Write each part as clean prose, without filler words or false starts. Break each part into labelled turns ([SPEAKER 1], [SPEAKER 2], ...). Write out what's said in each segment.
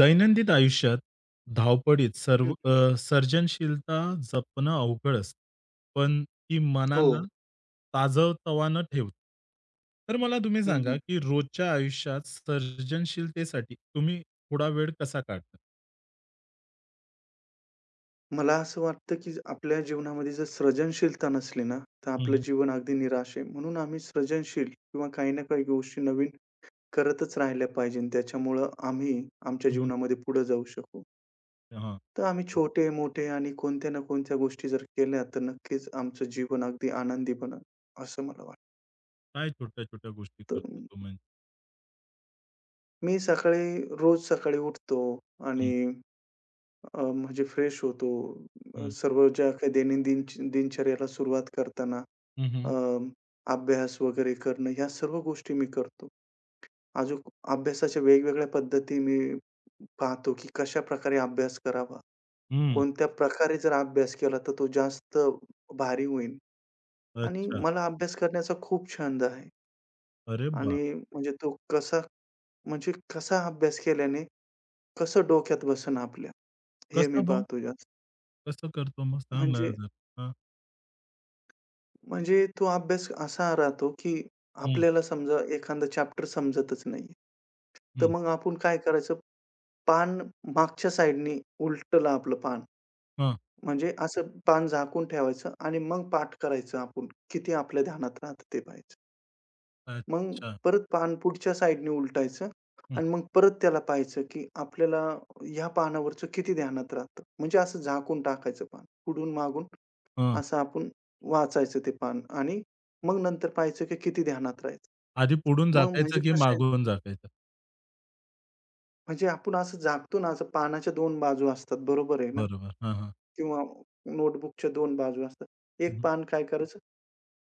[SPEAKER 1] दैनंदिन आयुष्यात धावपळीत
[SPEAKER 2] हं,
[SPEAKER 1] सर्व
[SPEAKER 2] हं.
[SPEAKER 1] सर्जनशीलता जपणं अवघड असतं, पण ती
[SPEAKER 2] हो.
[SPEAKER 1] मनाला ताजंतवानं ठेवते. तर मला तुम्ही
[SPEAKER 2] हं,
[SPEAKER 1] सांगा,
[SPEAKER 2] हं.
[SPEAKER 1] की रोजच्या आयुष्यात सर्जनशीलतेसाठी तुम्ही थोडा वेळ कसा काढता?
[SPEAKER 2] मला असं वाटतं, की आपल्या जीवनामध्ये जर सर्जनशीलता नसली ना, तर
[SPEAKER 1] हं,
[SPEAKER 2] आपलं
[SPEAKER 1] हं.
[SPEAKER 2] जीवन अगदी निराश आहे. म्हणून आम्ही सर्जनशील किंवा काही ना काही गोष्टी नवीन करतच राहिल्या पाहिजे. त्याच्यामुळं आम्ही आमच्या
[SPEAKER 1] हं, हं.
[SPEAKER 2] जीवनामध्ये पुढे जाऊ शकू.
[SPEAKER 1] हां.
[SPEAKER 2] तर आम्ही छोटे-मोठे आणि कोणत्या ना कोणत्या गोष्टी जर केल्या, तर नक्कीच आमचं जीवन अगदी आनंदी बनल, असं मला वाटतं.
[SPEAKER 1] काय छोट्या-छोट्या गोष्टी
[SPEAKER 2] तर
[SPEAKER 1] करतो तो म्हणजे?
[SPEAKER 2] मी सकाळी रोज सकाळी उठतो आणि
[SPEAKER 1] हं,
[SPEAKER 2] म्हणजे फ्रेश होतो.
[SPEAKER 1] हं.
[SPEAKER 2] सर्व ज्या काही दैनंदिन दिनचर्याला सुरुवात करताना
[SPEAKER 1] हं, हं.
[SPEAKER 2] अ, अभ्यास वगैरे करणं, ह्या सर्व गोष्टी मी करतो. अजून अभ्यासाच्या वेगवेगळ्या पद्धती मी पाहतो, की कशाप्रकारे अभ्यास करावा.
[SPEAKER 1] हं.
[SPEAKER 2] कोणत्या प्रकारे जर अभ्यास केला, तर तो जास्त भारी होईल आणि
[SPEAKER 1] अच्छा.
[SPEAKER 2] मला अभ्यास करण्याचा खूप छंद आहे
[SPEAKER 1] अरे वाह!
[SPEAKER 2] आणि म्हणजे तो कसा म्हणजे कसा अभ्यास केल्याने कसं डोक्यात बसेन आपल्या, हे मी
[SPEAKER 1] कसं मग?
[SPEAKER 2] पाहतो जास्त.
[SPEAKER 1] कसं करतो मग? सांग ना
[SPEAKER 2] म्हणजे
[SPEAKER 1] जरा? हां.
[SPEAKER 2] म्हणजे तो अभ्यास असा राहतो, की
[SPEAKER 1] हं,
[SPEAKER 2] आपल्याला समजा एखादा चॅप्टर समजतच नाहीये. तर
[SPEAKER 1] हं.
[SPEAKER 2] मग आपण काय करायचं, पान मागच्या साइडनी उलटलं आपलं पान.
[SPEAKER 1] हां.
[SPEAKER 2] म्हणजे असं पान झाकून ठेवायचं आणि मग पाठ करायचं आपण. किती आपल्या ध्यानात राहतं ते पाहायचं. मग
[SPEAKER 1] अच्छा.
[SPEAKER 2] परत पान पुढच्या साइडनी उलटायचं
[SPEAKER 1] हं.
[SPEAKER 2] आणि मग परत त्याला पाहायचं, की आपल्याला ह्या पानावरचं किती ध्यानात राहतं. म्हणजे असं झाकून टाकायचं पान. पुढून मागून
[SPEAKER 1] हां.
[SPEAKER 2] असं आपण वाचायचं ते पान आणि मग नंतर पाहायचं की किती ध्यानात
[SPEAKER 1] आधी पुढून
[SPEAKER 2] राहायचं. मग म्हणजे
[SPEAKER 1] झाकायचं की
[SPEAKER 2] कसं आहे,
[SPEAKER 1] मागून झाकायचं?
[SPEAKER 2] म्हणजे आपण असं झाकतो ना, असं पानाच्या 2 बाजू असतात बरोबर आहे ना?
[SPEAKER 1] बरोबर. हां, हां.
[SPEAKER 2] किंवा नोटबुकच्या दोन बाजू असतात.
[SPEAKER 1] हं,
[SPEAKER 2] एक
[SPEAKER 1] हं.
[SPEAKER 2] पान काय करायचं,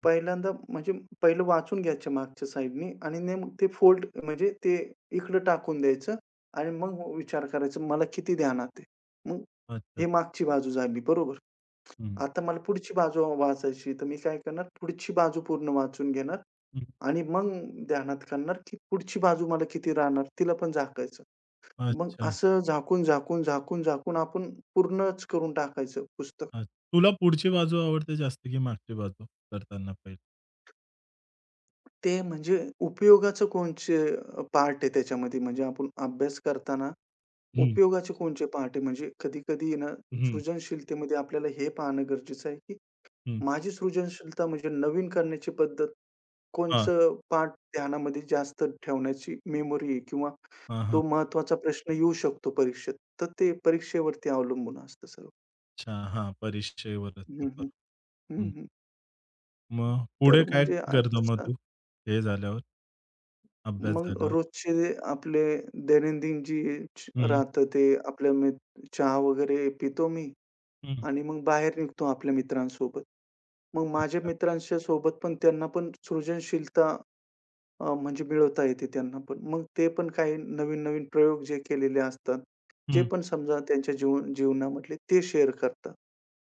[SPEAKER 2] पहिल्यांदा म्हणजे पहिलं वाचून घ्यायच्या मागच्या साइडनी आणि नेमकं ते फोल्ड म्हणजे ते इकडं टाकून द्यायचं आणि मग विचार करायचा मला किती ध्यानात आहे. मग
[SPEAKER 1] अच्छा.
[SPEAKER 2] हे मागची बाजू झाली बरोबर.
[SPEAKER 1] हं, हं.
[SPEAKER 2] आता मला पुढची बाजू वाचायची, तर मी काय करणार पुढची बाजू पूर्ण वाचून घेणार
[SPEAKER 1] हं.
[SPEAKER 2] आणि मग ध्यानात करणार, की पुढची बाजू मला किती राहणार, तिला पण झाकायचं. मग
[SPEAKER 1] अच्छा.
[SPEAKER 2] असं झाकून, झाकून, झाकून, झाकून आपण पूर्णच करून टाकायचं पुस्तक.
[SPEAKER 1] अच्छा. तुला पुढची बाजू आवडते जास्त की मागची बाजू करताना पहिले?
[SPEAKER 2] ते म्हणजे उपयोगाचं कोणचे पार्ट आहे त्याच्यामध्ये म्हणजे आपण अभ्यास करताना
[SPEAKER 1] हं,
[SPEAKER 2] उपयोगाचे कोणचे पार्ट आहे म्हणजे कधी-कधी ना
[SPEAKER 1] हं,
[SPEAKER 2] सृजनशीलतेमध्ये आपल्याला हे पाहणं गरजेचं आहे, की
[SPEAKER 1] हं.
[SPEAKER 2] माझी सृजनशीलता म्हणजे नवीन करण्याची पद्धत
[SPEAKER 1] हां,
[SPEAKER 2] कोणचं पार्ट ध्यानामध्ये जास्त ठेवण्याची मेमरी किंवा
[SPEAKER 1] हां, हां.
[SPEAKER 2] तो महत्वाचा प्रश्न येऊ शकतो परीक्षेत. तर ते परीक्षेवरती अवलंबून असतं सर्व.
[SPEAKER 1] अच्छा. हां, परीक्षेवर असतं
[SPEAKER 2] हं, हं.
[SPEAKER 1] बरोबर.
[SPEAKER 2] हं,
[SPEAKER 1] हं.
[SPEAKER 2] हं.
[SPEAKER 1] मग
[SPEAKER 2] तर
[SPEAKER 1] पुढे काय
[SPEAKER 2] म्हणजे
[SPEAKER 1] करतो
[SPEAKER 2] असंच
[SPEAKER 1] मग तू? हे झाल्यावर, अभ्यास
[SPEAKER 2] मग
[SPEAKER 1] झाल्यावर?
[SPEAKER 2] रोजचे आपले दैनंदिन जी
[SPEAKER 1] हं,
[SPEAKER 2] राहतं ते आपल्या मी चहा वगैरे पितो मी
[SPEAKER 1] हं.
[SPEAKER 2] आणि मग बाहेर निघतो आपल्या मित्रांसोबत. मग माझ्या
[SPEAKER 1] अच्छा.
[SPEAKER 2] मित्रांच्या सोबत पण त्यांना पण सृजनशीलता म्हणजे मिळवता येते त्यांना पण. मग ते पण काही नवीन-नवीन प्रयोग जे केलेले असतात, जे
[SPEAKER 1] हं.
[SPEAKER 2] पण समजा त्यांच्या जीवनामधले ते शेअर करतात.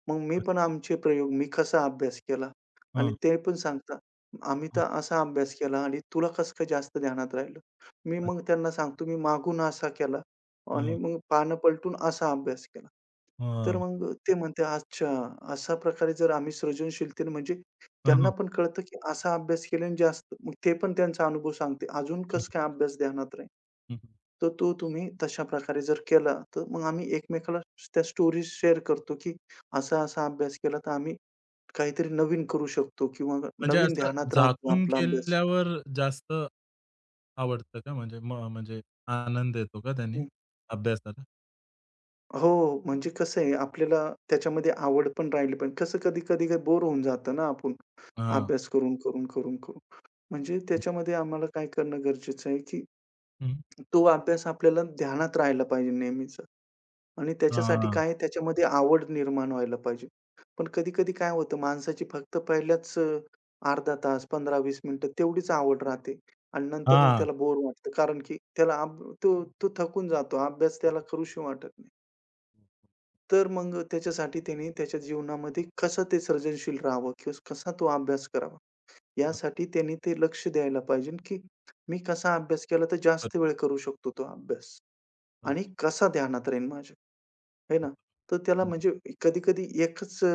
[SPEAKER 2] मग मी पण
[SPEAKER 1] अच्छा.
[SPEAKER 2] आमचे प्रयोग मी कसा अभ्यास केला आणि
[SPEAKER 1] हां,
[SPEAKER 2] ते पण सांगतात. आम्ही
[SPEAKER 1] हां.
[SPEAKER 2] तर असा अभ्यास केला आणि तुला कसं काय जास्त ध्यानात राहिलं? मी मग
[SPEAKER 1] अच्छा.
[SPEAKER 2] त्यांना सांगतो मी मागून असा केला
[SPEAKER 1] हां,
[SPEAKER 2] आणि
[SPEAKER 1] हां.
[SPEAKER 2] मग पानं पलटून असा अभ्यास केला. तर मग ते म्हणते, "अच्छा, अशा प्रकारे जर आम्ही सृजनशीलतेने" म्हणजे
[SPEAKER 1] हां,
[SPEAKER 2] त्यांना
[SPEAKER 1] हां.
[SPEAKER 2] पण कळतं, की असा अभ्यास केल्याने जास्त मग ते पण त्यांचा अनुभव सांगते. अजून कसं काय अभ्यास ध्यानात राहील?
[SPEAKER 1] हं, हं.
[SPEAKER 2] तर तो तुम्ही तशा प्रकारे जर केला, तर मग आम्ही एकमेकाला त्या स्टोरीज शेअर करतो, की असा-असा अभ्यास केला, तर आम्ही काहीतरी नवीन करू शकतो किंवा
[SPEAKER 1] म्हणजे
[SPEAKER 2] नवीन
[SPEAKER 1] असं
[SPEAKER 2] ध्यानात राहतो
[SPEAKER 1] झाकून
[SPEAKER 2] आपला अभ्यास.
[SPEAKER 1] केल्यावर जास्त आवडतं का? म्हणजे म्हणजे आनंद येतो का त्याने
[SPEAKER 2] हं.
[SPEAKER 1] अभ्यासाला?
[SPEAKER 2] हो, म्हणजे कसं आहे आपल्याला त्याच्यामध्ये आवड पण राहिली पाहिजे. कसं कधी-कधी बोर होऊन जातं ना आपण
[SPEAKER 1] हां.
[SPEAKER 2] अभ्यास करून, करून, करून, करून. म्हणजे
[SPEAKER 1] हं,
[SPEAKER 2] त्याच्यामध्ये आम्हाला काय करणं गरजेचं आहे, की
[SPEAKER 1] हं.
[SPEAKER 2] तो अभ्यास आपल्याला ध्यानात राहिला पाहिजे नेहमीच आणि
[SPEAKER 1] हां,
[SPEAKER 2] त्याच्यासाठी
[SPEAKER 1] हां.
[SPEAKER 2] काय आहे, त्याच्यामध्ये आवड निर्माण व्हायला पाहिजे. पण कधी-कधी काय होतं माणसाची फक्त पहिल्याच अर्धा तास, 15-20 मिनिटं तेवढीच आवड राहते आणि नंतर मग त्याला बोर वाटतं. कारण की त्याला अब तो तो थकून जातो. अभ्यास त्याला करूशी वाटत नाही. तर मग त्याच्यासाठी त्याने त्याच्या जीवनामध्ये कसं ते सर्जनशील राहावं किंवा कसा तो अभ्यास करावा?
[SPEAKER 1] हां.
[SPEAKER 2] यासाठी त्यांनी ते लक्ष द्यायला पाहिजे, की मी कसा अभ्यास केला तर जास्त वेळ करू शकतो तो अभ्यास आणि
[SPEAKER 1] अगदी.
[SPEAKER 2] कसा ध्यानात राहील माझ्या. आहे ना? तर त्याला
[SPEAKER 1] हं.
[SPEAKER 2] म्हणजे कधी-कधी एकच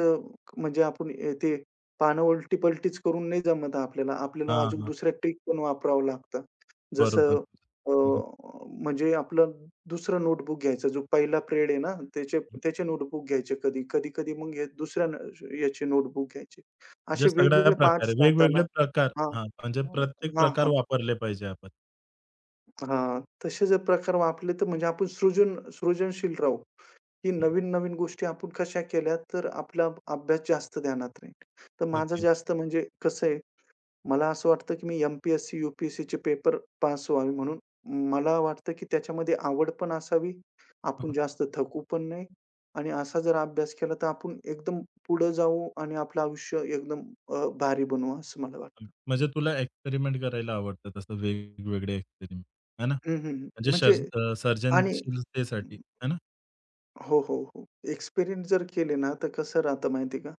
[SPEAKER 2] म्हणजे आपण ते पानं उलटी-पलटीच करून नाही जमत आपल्याला. आपल्याला
[SPEAKER 1] हां,
[SPEAKER 2] अजून
[SPEAKER 1] हां.
[SPEAKER 2] दुसऱ्या ट्रिक पण वापरावं लागतं.
[SPEAKER 1] बरोबर.
[SPEAKER 2] जसं अ,
[SPEAKER 1] हं, हं.
[SPEAKER 2] म्हणजे आपलं दुसरं नोटबुक घ्यायचं. जो पहिला पिरियड आहे ना, त्याचे त्याचे नोटबुक घ्यायचे कधी. कधी-कधी मग हे दुसऱ्या याचे नोटबुक घ्यायचे.
[SPEAKER 1] म्हणजे
[SPEAKER 2] असे
[SPEAKER 1] सगळ्या
[SPEAKER 2] वेगवेगळे
[SPEAKER 1] प्रकारे
[SPEAKER 2] पार्ट्स राहताना
[SPEAKER 1] वेगवेगळे प्रकार
[SPEAKER 2] हां.
[SPEAKER 1] हां, म्हणजे
[SPEAKER 2] हां,
[SPEAKER 1] प्रत्येक प्रकार
[SPEAKER 2] हां,
[SPEAKER 1] वापरले पाहिजे आपण.
[SPEAKER 2] हां. तसे जर प्रकार वापरले तर म्हणजे आपण सृजनशील राहू. की
[SPEAKER 1] हं,
[SPEAKER 2] नवीन-नवीन गोष्टी आपण कशा केल्या, तर आपला अभ्यास जास्त ध्यानात राहील. तर माझं
[SPEAKER 1] अगदी.
[SPEAKER 2] जास्त म्हणजे कसं आहे, मला असं वाटतं की मी MP चे पेपर पास व्हावे म्हणून मला वाटतं की त्याच्यामध्ये आवड पण असावी. आपण
[SPEAKER 1] हं,
[SPEAKER 2] जास्त थकू पण नाही आणि असा जर अभ्यास केला, तर आपण एकदम पुढे जाऊ आणि आपलं आयुष्य एकदम भारी बनवू असं मला
[SPEAKER 1] हं.
[SPEAKER 2] वाटतं.
[SPEAKER 1] म्हणजे तुला एक्सपेरिमेंट करायला आवडतं तसं वेगवेगळे एक्सपेरिमेंट, आहे ना?
[SPEAKER 2] हं, हं, हं.
[SPEAKER 1] म्हणजे
[SPEAKER 2] म्हणजे आणि
[SPEAKER 1] सर्जनशीलतेसाठी, आहे ना?
[SPEAKER 2] हो, हो, हो. एक्सपिरियन्स जर केले ना, तर कसं राहतं माहिती का?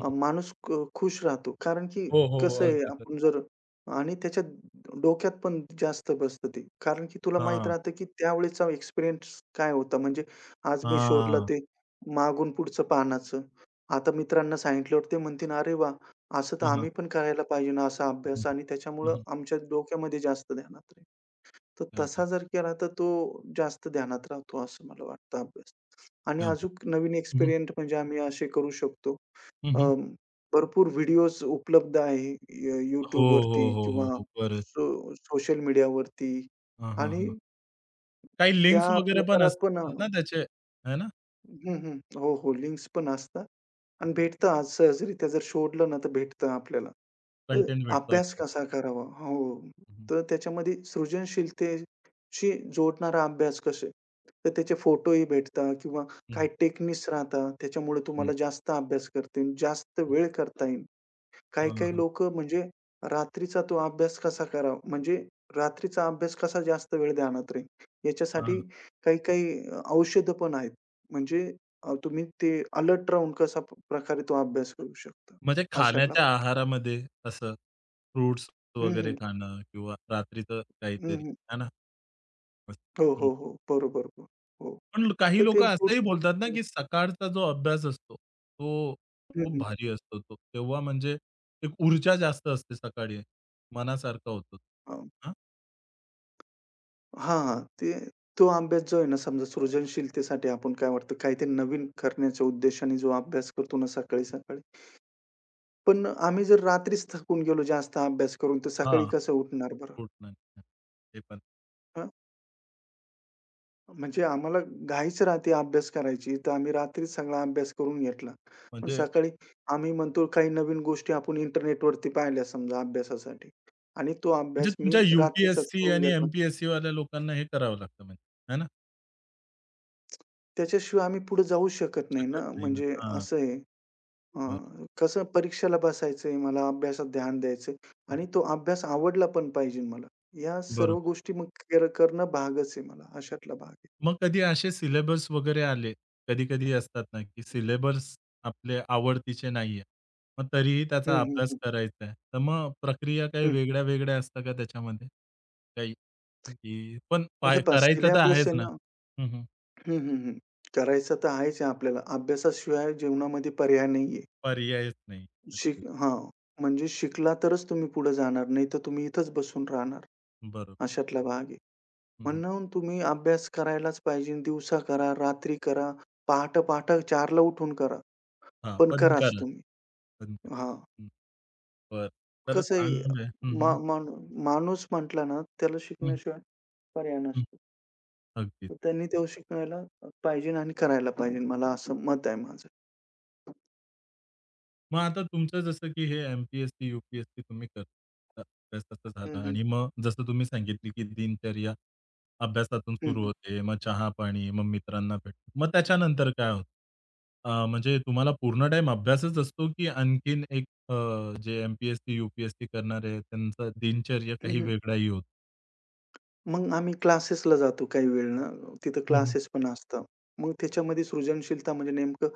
[SPEAKER 2] माणूस खुश राहतो. कारण की
[SPEAKER 1] हो, हो.
[SPEAKER 2] कसं आहे
[SPEAKER 1] अगदीच.
[SPEAKER 2] आपण जर आणि त्याच्या डोक्यात पण जास्त बसतं ते. कारण की तुला माहीत
[SPEAKER 1] हां,
[SPEAKER 2] राहतं की त्यावेळेचा एक्सपिरियन्स काय होता. म्हणजे आज मी शोधलं
[SPEAKER 1] हां.
[SPEAKER 2] ते मागून पुढचं पानाचं. आता मित्रांना सांगितल्यावर ते म्हणतील, "अरे वाह! असं तर
[SPEAKER 1] हं, हं.
[SPEAKER 2] आम्ही पण करायला पाहिजे ना असा
[SPEAKER 1] हं,
[SPEAKER 2] अभ्यास" आणि
[SPEAKER 1] हं,
[SPEAKER 2] त्याच्यामुळं
[SPEAKER 1] हं.
[SPEAKER 2] आमच्या डोक्यामध्ये जास्त ध्यानात राहील. तर
[SPEAKER 1] क्या
[SPEAKER 2] तसा
[SPEAKER 1] बात!
[SPEAKER 2] जर केला तर तो जास्त ध्यानात राहतो असं मला वाटतं अभ्यास. आणि
[SPEAKER 1] क्या बात!
[SPEAKER 2] अजून नवीन
[SPEAKER 1] हं, हं.
[SPEAKER 2] एक्सपेरिमेंट म्हणजे आम्ही असे करू शकतो.
[SPEAKER 1] हं, हं.
[SPEAKER 2] अं, भरपूर व्हिडिओज उपलब्ध आहे
[SPEAKER 1] हो, हो,
[SPEAKER 2] YouTubeवरती
[SPEAKER 1] हो, हो,
[SPEAKER 2] किंवा
[SPEAKER 1] हो. बरंच.
[SPEAKER 2] सोशल मीडियावरती
[SPEAKER 1] हां, हां,
[SPEAKER 2] आणि
[SPEAKER 1] हां. काही
[SPEAKER 2] त्या
[SPEAKER 1] लिंक्स वगैरे पण
[SPEAKER 2] प्रकारात पण
[SPEAKER 1] असतात ना त्याचे, आहे ना?
[SPEAKER 2] हं, हं, हो, हो. लिंक्स पण असतात आणि भेटतं आज सहजरित्या जर शोधलं ना, तर भेटतं आपल्याला. तर
[SPEAKER 1] कंटेंट भेटतो
[SPEAKER 2] अभ्यास
[SPEAKER 1] आपल्याला.
[SPEAKER 2] कसा करावा? हो.
[SPEAKER 1] हं, हं.
[SPEAKER 2] तर त्याच्यामध्ये सृजनशीलतेशी जोडणारा अभ्यास कसे? तर त्याचे फोटोही भेटतात किंवा काही टेक्निक्स राहतात. त्याच्यामुळे
[SPEAKER 1] हं,
[SPEAKER 2] तुम्हाला जास्त अभ्यास करता येईल, जास्त
[SPEAKER 1] हं.
[SPEAKER 2] वेळ करता येईल.
[SPEAKER 1] हां,
[SPEAKER 2] काही-काही
[SPEAKER 1] हां.
[SPEAKER 2] लोक म्हणजे रात्रीचा तो अभ्यास कसा करावा, म्हणजे रात्रीचा अभ्यास कसा जास्त वेळ ध्यानात राहील,
[SPEAKER 1] हां, हां.
[SPEAKER 2] याच्यासाठी काही-काही पण आहेत. म्हणजे तुम्ही ते अलर्ट राहून कशा प्रकारे तो अभ्यास करू शकता,
[SPEAKER 1] म्हणजे
[SPEAKER 2] अशातला
[SPEAKER 1] खाण्याच्या
[SPEAKER 2] भाग
[SPEAKER 1] आहारामध्ये असं
[SPEAKER 2] आहे.
[SPEAKER 1] फ्रुट्स
[SPEAKER 2] हं,
[SPEAKER 1] वगैरे
[SPEAKER 2] हं.
[SPEAKER 1] खाणं किंवा रात्रीचं
[SPEAKER 2] हं,
[SPEAKER 1] काहीतरी,
[SPEAKER 2] हं.
[SPEAKER 1] आहे ना? मस्त.
[SPEAKER 2] हो,
[SPEAKER 1] हं.
[SPEAKER 2] हो, हो. बरोबर. हो, हो.
[SPEAKER 1] पण काही
[SPEAKER 2] तर ते
[SPEAKER 1] लोकं असंही
[SPEAKER 2] पुढचं
[SPEAKER 1] बोलतात ना, की सकाळचा जो अभ्यास असतो, तो
[SPEAKER 2] हं,
[SPEAKER 1] खूप
[SPEAKER 2] हं.
[SPEAKER 1] भारी असतो तो. तेव्हा म्हणजे एक ऊर्जा जास्त असते सकाळी. मनासारखं होतं.
[SPEAKER 2] हां.
[SPEAKER 1] हां,
[SPEAKER 2] हां, हां. ते तो अभ्यास जो आहे ना, समजा सृजनशीलतेसाठी आपण काय वाटतं, काहीतरी नवीन करण्याच्या उद्देशाने जो अभ्यास करतो ना सकाळी-सकाळी, पण आम्ही जर रात्रीच थकून गेलो जास्त अभ्यास करून, तर सकाळी
[SPEAKER 1] हां,
[SPEAKER 2] कसं उठणार बरं?
[SPEAKER 1] होत नाही. ते पण.
[SPEAKER 2] हं. म्हणजे आम्हाला घाईच राहते अभ्यास करायची, तर आम्ही रात्रीच सगळा अभ्यास करून घेतला. पण
[SPEAKER 1] म्हणजे
[SPEAKER 2] सकाळी आम्ही म्हणतो काही नवीन गोष्टी आपण इंटरनेटवरती पाहिल्या समजा अभ्यासासाठी आणि तो
[SPEAKER 1] म्हणजे
[SPEAKER 2] अभ्यास मी
[SPEAKER 1] तुमच्या
[SPEAKER 2] रात्रीचाच
[SPEAKER 1] यू-पी-एस-सी
[SPEAKER 2] करून
[SPEAKER 1] आणि
[SPEAKER 2] घेतला.
[SPEAKER 1] एम-पी-एस-सीवाल्या लोकांना हे करावं लागतं म्हणजे, आहे ना?
[SPEAKER 2] त्याच्याशिवाय आम्ही पुढे जाऊ शकत नाही ना,
[SPEAKER 1] शकत नाही ना.
[SPEAKER 2] म्हणजे
[SPEAKER 1] हां,
[SPEAKER 2] असं आहे. अ,
[SPEAKER 1] बरं.
[SPEAKER 2] कसं परीक्षेला बसायचंय, मला अभ्यासात ध्यान द्यायचंय आणि तो अभ्यास आवडला पण पाहिजे मला. या सर्व
[SPEAKER 1] बरोबर.
[SPEAKER 2] गोष्टी मग करणं भागच आहे मला. अशातला भाग आहे.
[SPEAKER 1] मग कधी असे सिलेबस वगैरे आले, कधी-कधी असतात ना, की सिलेबस आपले आवडतीचे नाहीये. मग तरीही त्याचा
[SPEAKER 2] हं, हं,
[SPEAKER 1] अभ्यास
[SPEAKER 2] हं.
[SPEAKER 1] करायचा आहे. तर मग प्रक्रिया काही
[SPEAKER 2] हं.
[SPEAKER 1] वेगळ्या-वेगळ्या असतात का त्याच्यामध्ये? काही की पण
[SPEAKER 2] मग हे
[SPEAKER 1] पाय
[SPEAKER 2] पहा
[SPEAKER 1] करायचं तर
[SPEAKER 2] सिलॅबस
[SPEAKER 1] आहेच
[SPEAKER 2] आहे
[SPEAKER 1] ना.
[SPEAKER 2] ना
[SPEAKER 1] हं, हं.
[SPEAKER 2] हं, हं, हं. करायचं तर आहेच आहे आपल्याला. अभ्यासाशिवाय जीवनामध्ये पर्याय नाहीये.
[SPEAKER 1] पर्यायच नाही.
[SPEAKER 2] शिक
[SPEAKER 1] नक्की.
[SPEAKER 2] हां. म्हणजे शिकला तरच तुम्ही पुढे जाणार, नाही तर तुम्ही इथंच बसून राहणार.
[SPEAKER 1] बरोबर.
[SPEAKER 2] अशातला भाग आहे.
[SPEAKER 1] हं, हं.
[SPEAKER 2] म्हणून तुम्ही अभ्यास करायलाच पाहिजे. दिवसा करा, रात्री करा, पहाटे-पहाटे 4:00 उठून करा,
[SPEAKER 1] हां,
[SPEAKER 2] पण
[SPEAKER 1] पण
[SPEAKER 2] कराच
[SPEAKER 1] करा.
[SPEAKER 2] तुम्ही.
[SPEAKER 1] पण करा.
[SPEAKER 2] हां.
[SPEAKER 1] हं. बरं. तर
[SPEAKER 2] कसं आहे
[SPEAKER 1] चांगलं आहे. हं,
[SPEAKER 2] मा
[SPEAKER 1] हं.
[SPEAKER 2] माणू माणूस म्हटला ना, त्याला
[SPEAKER 1] हं,
[SPEAKER 2] शिकण्याशिवाय पर्याय
[SPEAKER 1] हं.
[SPEAKER 2] नसतो.
[SPEAKER 1] अगदीच.
[SPEAKER 2] तर त्यांनी तो शिकायला पाहिजे आणि करायला पाहिजे. मला असं मत आहे माझं.
[SPEAKER 1] मग आता तुमचं जसं की हे एम-पी-एस-सी, तुम्ही करता अभ्यासाचं झालं
[SPEAKER 2] हं, हं.
[SPEAKER 1] आणि मग जसं तुम्ही सांगितली की दिनचर्या अभ्यासातून
[SPEAKER 2] हं,
[SPEAKER 1] सुरू
[SPEAKER 2] हं.
[SPEAKER 1] होते, मग चहा-पाणी, मग मित्रांना भेटणं. मग त्याच्यानंतर काय होतं? म्हणजे तुम्हाला पूर्ण टाईम अभ्यासच असतो की आणखीन एक जे एम-पी-एस-सी, यू-पी-एस-सी करणारे आहेत, त्यांचा दिनचर्या काही
[SPEAKER 2] हं, हं.
[SPEAKER 1] वेगळाही होतो?
[SPEAKER 2] मग आम्ही क्लासेसला जातो काही वेळ ना, तिथं
[SPEAKER 1] हं, हं,
[SPEAKER 2] क्लासेस पण असतात. मग त्याच्यामध्ये सृजनशीलता म्हणजे नेमकं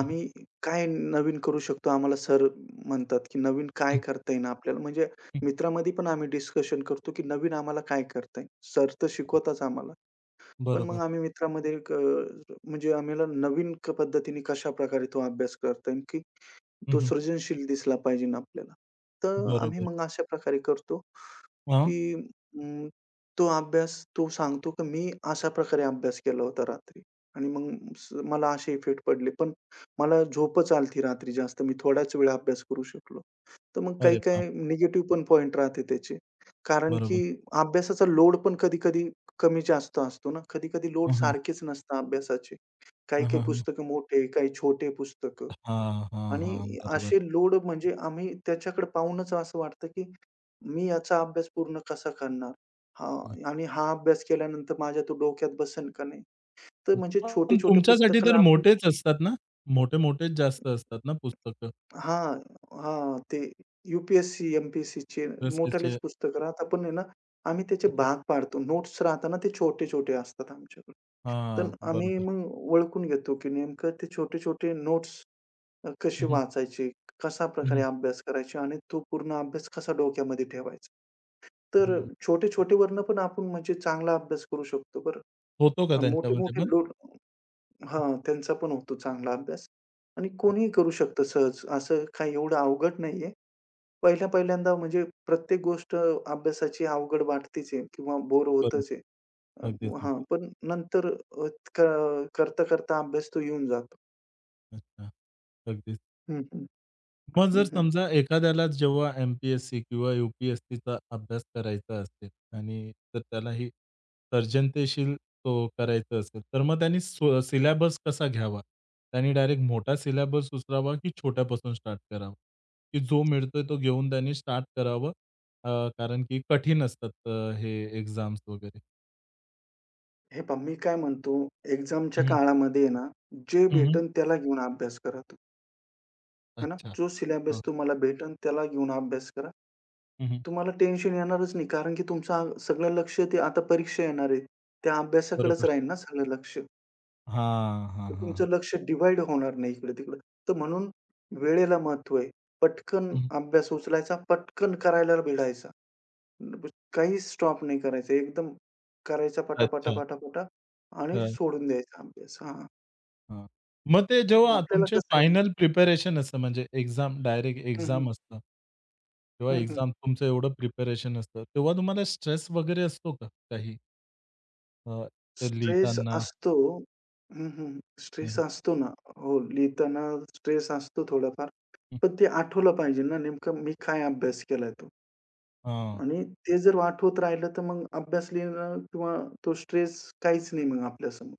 [SPEAKER 1] हं,
[SPEAKER 2] काय नवीन करू शकतो? आम्हाला सर म्हणतात, की नवीन काय
[SPEAKER 1] हं,
[SPEAKER 2] करता येईल आपल्याला? म्हणजे मित्रामध्ये पण आम्ही डिस्कशन करतो, की नवीन आम्हाला काय करता येईल? सर तर शिकवतात आम्हाला. पण मग
[SPEAKER 1] बरोबर.
[SPEAKER 2] आम्ही मित्रामध्ये एक म्हणजे आम्हाला नवीन पद्धतीने कशाप्रकारे तो अभ्यास करता येईल, की तो
[SPEAKER 1] हं,
[SPEAKER 2] सृजनशील दिसला पाहिजे ना आपल्याला. तर आम्ही
[SPEAKER 1] बरोबर.
[SPEAKER 2] मग अशा प्रकारे करतो.
[SPEAKER 1] हां.
[SPEAKER 2] की तो अभ्यास तो सांगतो की मी अशा प्रकारे अभ्यास केला होता रात्री आणि मग मला असे इफेक्ट पडले पण मला झोपच आलती रात्री जास्त मी थोडाच वेळ अभ्यास करू शकलो तर मग काही
[SPEAKER 1] अरे
[SPEAKER 2] काही
[SPEAKER 1] बापरे!
[SPEAKER 2] निगेटिव्ह पण पॉइंट राहते त्याचे कारण की
[SPEAKER 1] बरोबर.
[SPEAKER 2] अभ्यासाचा लोड पण कधी कधी कमी जास्त असतो ना कधी कधी लोड
[SPEAKER 1] हां, हां.
[SPEAKER 2] सारखेच नसतं अभ्यासाचे काही
[SPEAKER 1] हां, हां,
[SPEAKER 2] काही
[SPEAKER 1] हां.
[SPEAKER 2] पुस्तकं मोठे काही छोटे पुस्तक
[SPEAKER 1] हां,
[SPEAKER 2] आणि
[SPEAKER 1] बरोबर.
[SPEAKER 2] असे लोड म्हणजे आम्ही त्याच्याकडे पाहूनच असं वाटतं, की मी याचा अभ्यास पूर्ण कसा करणार? हां, आणि हा अभ्यास केल्यानंतर माझ्या तो डोक्यात बसेल का नाही? तर म्हणजे
[SPEAKER 1] पण
[SPEAKER 2] छोटे-छोटे
[SPEAKER 1] तुमच्यासाठी तर
[SPEAKER 2] पुस्तकाला आपण
[SPEAKER 1] मोठेच असतात ना? मोठे-मोठेच जास्त असतात ना पुस्तकं?
[SPEAKER 2] हां, हां. ते यू-पी-एस-सी, एम मोठालेच
[SPEAKER 1] रसेचे
[SPEAKER 2] पुस्तकं राहतात. पण आहे ना, आम्ही त्याचे
[SPEAKER 1] हं, हं.
[SPEAKER 2] भाग पाडतो. नोट्स राहतात ना, ते छोटे-छोटे असतात आमच्याकडे. तर
[SPEAKER 1] हां,
[SPEAKER 2] आम्ही
[SPEAKER 1] बरोबर.
[SPEAKER 2] मग ओळखून घेतो, की नेमकं ते छोटे-छोटे नोट्स
[SPEAKER 1] हं,
[SPEAKER 2] कशी
[SPEAKER 1] हं.
[SPEAKER 2] वाचायची? कशा प्रकारे
[SPEAKER 1] हं,
[SPEAKER 2] अभ्यास करायची? आणि तो पूर्ण अभ्यास कसा डोक्यामध्ये ठेवायचा? तर छोटे-छोटे वरनं पण आपण म्हणजे चांगला अभ्यास करू शकतो बरं.
[SPEAKER 1] होतो का
[SPEAKER 2] आणि
[SPEAKER 1] त्यांच्यामध्ये
[SPEAKER 2] मोठे-मोठे
[SPEAKER 1] पण?
[SPEAKER 2] लोक
[SPEAKER 1] हं,
[SPEAKER 2] हां, त्यांचा पण होतो चांगला अभ्यास. आणि
[SPEAKER 1] हं.
[SPEAKER 2] कोणीही करू शकतं सहज. असं काही एवढं अवघड नाहीये. पहिल्या-पहिल्यांदा म्हणजे प्रत्येक गोष्ट अभ्यासाची अवघड वाटतेच आहे किंवा बोर
[SPEAKER 1] बरोबर.
[SPEAKER 2] होतच आहे. अ,
[SPEAKER 1] अगदीच, अगदीच.
[SPEAKER 2] हां, पण नंतर क करता-करता अभ्यास तो येऊन जातो.
[SPEAKER 1] अच्छा. अगदीच.
[SPEAKER 2] हं, हं.
[SPEAKER 1] मग जर
[SPEAKER 2] हं, हं.
[SPEAKER 1] समजा एखाद्याला जेव्हा एम-पी-एस-सी किंवा यू-पी-एस-सीचा अभ्यास करायचा असेल आणि तर त्यालाही सर्जनतेशील तो करायचा असेल, तर मग त्यांनी सिलॅबस कसा घ्यावा? त्यांनी डायरेक्ट मोठा सिलॅबस उचलावा की छोट्यापासून स्टार्ट करावा? की जो मिळतोय तो घेऊन त्यांनी स्टार्ट करावं? अ, कारण की कठीण असतात हे एक्झाम्स वगैरे.
[SPEAKER 2] हे पहा, मी काय म्हणतो,
[SPEAKER 1] हं,
[SPEAKER 2] एक्झामच्या
[SPEAKER 1] हं.
[SPEAKER 2] काळामध्ये आहे ना, जे भेटेल त्याला घेऊन अभ्यास करा तुम्ही, है ना.
[SPEAKER 1] अच्छा.
[SPEAKER 2] जो
[SPEAKER 1] हां.
[SPEAKER 2] सिलेबस तुम्हाला भेटेल त्याला घेऊन अभ्यास करा.
[SPEAKER 1] हं,
[SPEAKER 2] तुम्हाला टेन्शन येणारच नाही, कारण की तुमचं सगळं लक्ष ते आता परीक्षा येणार आहे. त्या अभ्यासाकडेच
[SPEAKER 1] बरोबर.
[SPEAKER 2] राहील ना सगळं लक्ष.
[SPEAKER 1] हां, हां,
[SPEAKER 2] तर
[SPEAKER 1] हां, हां.
[SPEAKER 2] तुमचं लक्ष डिव्हाईड होणार नाही इकडे-तिकडे. तर म्हणून वेळेला महत्व आहे. पटकन
[SPEAKER 1] हं.
[SPEAKER 2] अभ्यास उचलायचा, पटकन करायला भिडायचा. काहीच स्टॉप नाही करायचा. एकदम करायचा पटा, पटा,
[SPEAKER 1] अच्छा.
[SPEAKER 2] पटा, पटा आणि सोडून द्यायचा अभ्यास. हां.
[SPEAKER 1] हां. मग ते जेव्हा
[SPEAKER 2] आपल्याला
[SPEAKER 1] तुमचे
[SPEAKER 2] कसं आहे
[SPEAKER 1] फायनल प्रिपरेशन असतं म्हणजे एक्झाम डायरेक्ट
[SPEAKER 2] हं, हं.
[SPEAKER 1] एक्झाम असतं. तेव्हा
[SPEAKER 2] हं, हं.
[SPEAKER 1] एक्झाम तुमचं एवढं प्रिपरेशन असतं. तेव्हा तुम्हाला स्ट्रेस वगैरे असतो का काही? अ, ते
[SPEAKER 2] स्ट्रेस
[SPEAKER 1] लिहिताना?
[SPEAKER 2] असतो. हं, हं.
[SPEAKER 1] हं,
[SPEAKER 2] स्ट्रेस
[SPEAKER 1] हं.
[SPEAKER 2] असतो ना. हो, लिहिताना स्ट्रेस असतो थोडाफार. पण ते आठवलं पाहिजे ना नेमकं मी काय अभ्यास केलाय तो
[SPEAKER 1] हां.
[SPEAKER 2] आणि ते जर आठवत राहिलं तर मग अभ्यास लिहिणं किंवा तो स्ट्रेस काहीच नाही मग आपल्यासमोर.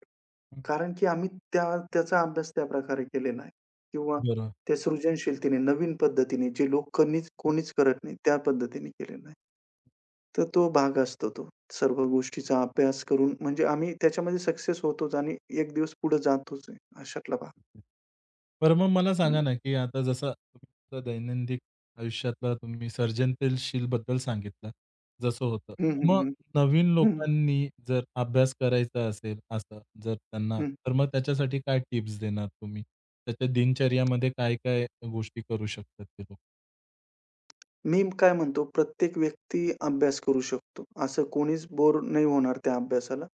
[SPEAKER 1] हं.
[SPEAKER 2] कारण की आम्ही त्या त्याचा अभ्यास त्या प्रकारे केलेला आहे किंवा
[SPEAKER 1] बरोबर.
[SPEAKER 2] त्या सृजनशीलतेने, नवीन पद्धतीने जे लोक कोणीच करत नाही त्या पद्धतीने केलेलं आहे. तर तो भाग असतो तो. सर्व गोष्टीचा अभ्यास करून म्हणजे आम्ही त्याच्यामध्ये सक्सेस होतोच आणि एक दिवस पुढे जातोच आहे, अशातला भाग.
[SPEAKER 1] बरं मग मला सांगा
[SPEAKER 2] हं.
[SPEAKER 1] ना, की आता जसं तुम्ही तुमचं दैनंदिन आयुष्यातलं तुम्ही सर्जनशीलबद्दल सांगितलं, जसं होतं.
[SPEAKER 2] हं, हं,
[SPEAKER 1] मग
[SPEAKER 2] हं.
[SPEAKER 1] नवीन
[SPEAKER 2] हं,
[SPEAKER 1] लोकांनी जर अभ्यास करायचा असेल असं जर त्यांना,
[SPEAKER 2] हं.
[SPEAKER 1] तर मग त्याच्यासाठी काय टिप्स देणार तुम्ही? त्याच्या दिनचर्यामध्ये काय-काय गोष्टी करू शकतात ते लोक?
[SPEAKER 2] मी काय म्हणतो, प्रत्येक व्यक्ती अभ्यास करू शकतो. असं कोणीच बोर नाही होणार त्या अभ्यासाला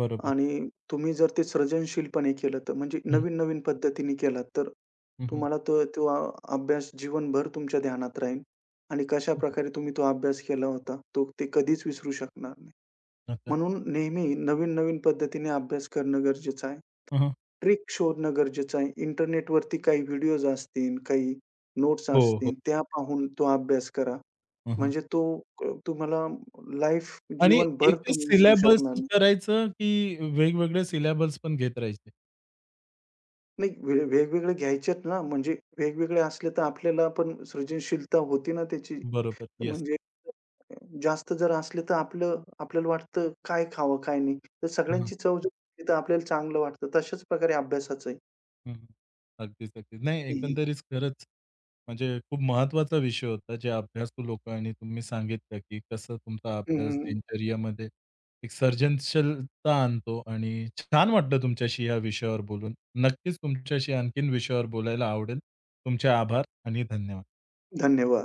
[SPEAKER 1] बरोबर.
[SPEAKER 2] आणि तुम्ही जर ते सर्जनशीलपणे केलं तर म्हणजे
[SPEAKER 1] हं,
[SPEAKER 2] नवीन-नवीन पद्धतीने केलात तर
[SPEAKER 1] हं, हं.
[SPEAKER 2] तुम्हाला तो तो अभ्यास जीवनभर तुमच्या ध्यानात राहील आणि
[SPEAKER 1] हं.
[SPEAKER 2] कशाप्रकारे तुम्ही तो अभ्यास केला होता, तो ते कधीच विसरू शकणार नाही.
[SPEAKER 1] अच्छा.
[SPEAKER 2] म्हणून नेहमी नवीन-नवीन पद्धतीने अभ्यास करणं गरजेचं आहे.
[SPEAKER 1] हं,
[SPEAKER 2] ट्रिक शोधणं गरजेचं आहे. इंटरनेटवरती काही व्हिडिओज असतील, काही नोट्स
[SPEAKER 1] हो, हो.
[SPEAKER 2] असतील, त्या पाहून तो अभ्यास करा.
[SPEAKER 1] हं,
[SPEAKER 2] म्हणजे तो तुम्हाला लाईफ
[SPEAKER 1] आणि
[SPEAKER 2] जीवनभर
[SPEAKER 1] एकच
[SPEAKER 2] तुम्ही विसरू
[SPEAKER 1] सिलॅबस
[SPEAKER 2] शकणार नाही.
[SPEAKER 1] करायचं, की वेगवेगळे सिलॅबस पण घेत राहायचे?
[SPEAKER 2] नाही वेगवेगळे घ्यायचेत ना, म्हणजे वेगवेगळे असले तर आपल्याला पण सृजनशीलता होती ना त्याची.
[SPEAKER 1] बरोबर. येस.
[SPEAKER 2] म्हणजे जास्त जर असले तर आपलं आपल्याला वाटतं काय खावं, काय नाही. तर सगळ्यांची चव जर घेतली तर आपल्याला चांगलं वाटतं. तशाच प्रकारे अभ्यासाचंही.
[SPEAKER 1] हं, हं. अगदीच, अगदीच. नाही
[SPEAKER 2] हं, हं.
[SPEAKER 1] एकंदरीत खरंच म्हणजे खूप महत्त्वाचा विषय होता जे अभ्यासू लोकं आणि तुम्ही सांगितलं, की कसं तुमचा अभ्यास दिनचर्येमध्ये एक सर्जनशीलता आणतो आणि छान वाटलं तुमच्याशी या विषयावर बोलून. नक्कीच तुमच्याशी आणखीन विषयावर बोलायला आवडेल. तुमचे आभार आणि धन्यवाद.
[SPEAKER 2] धन्यवाद.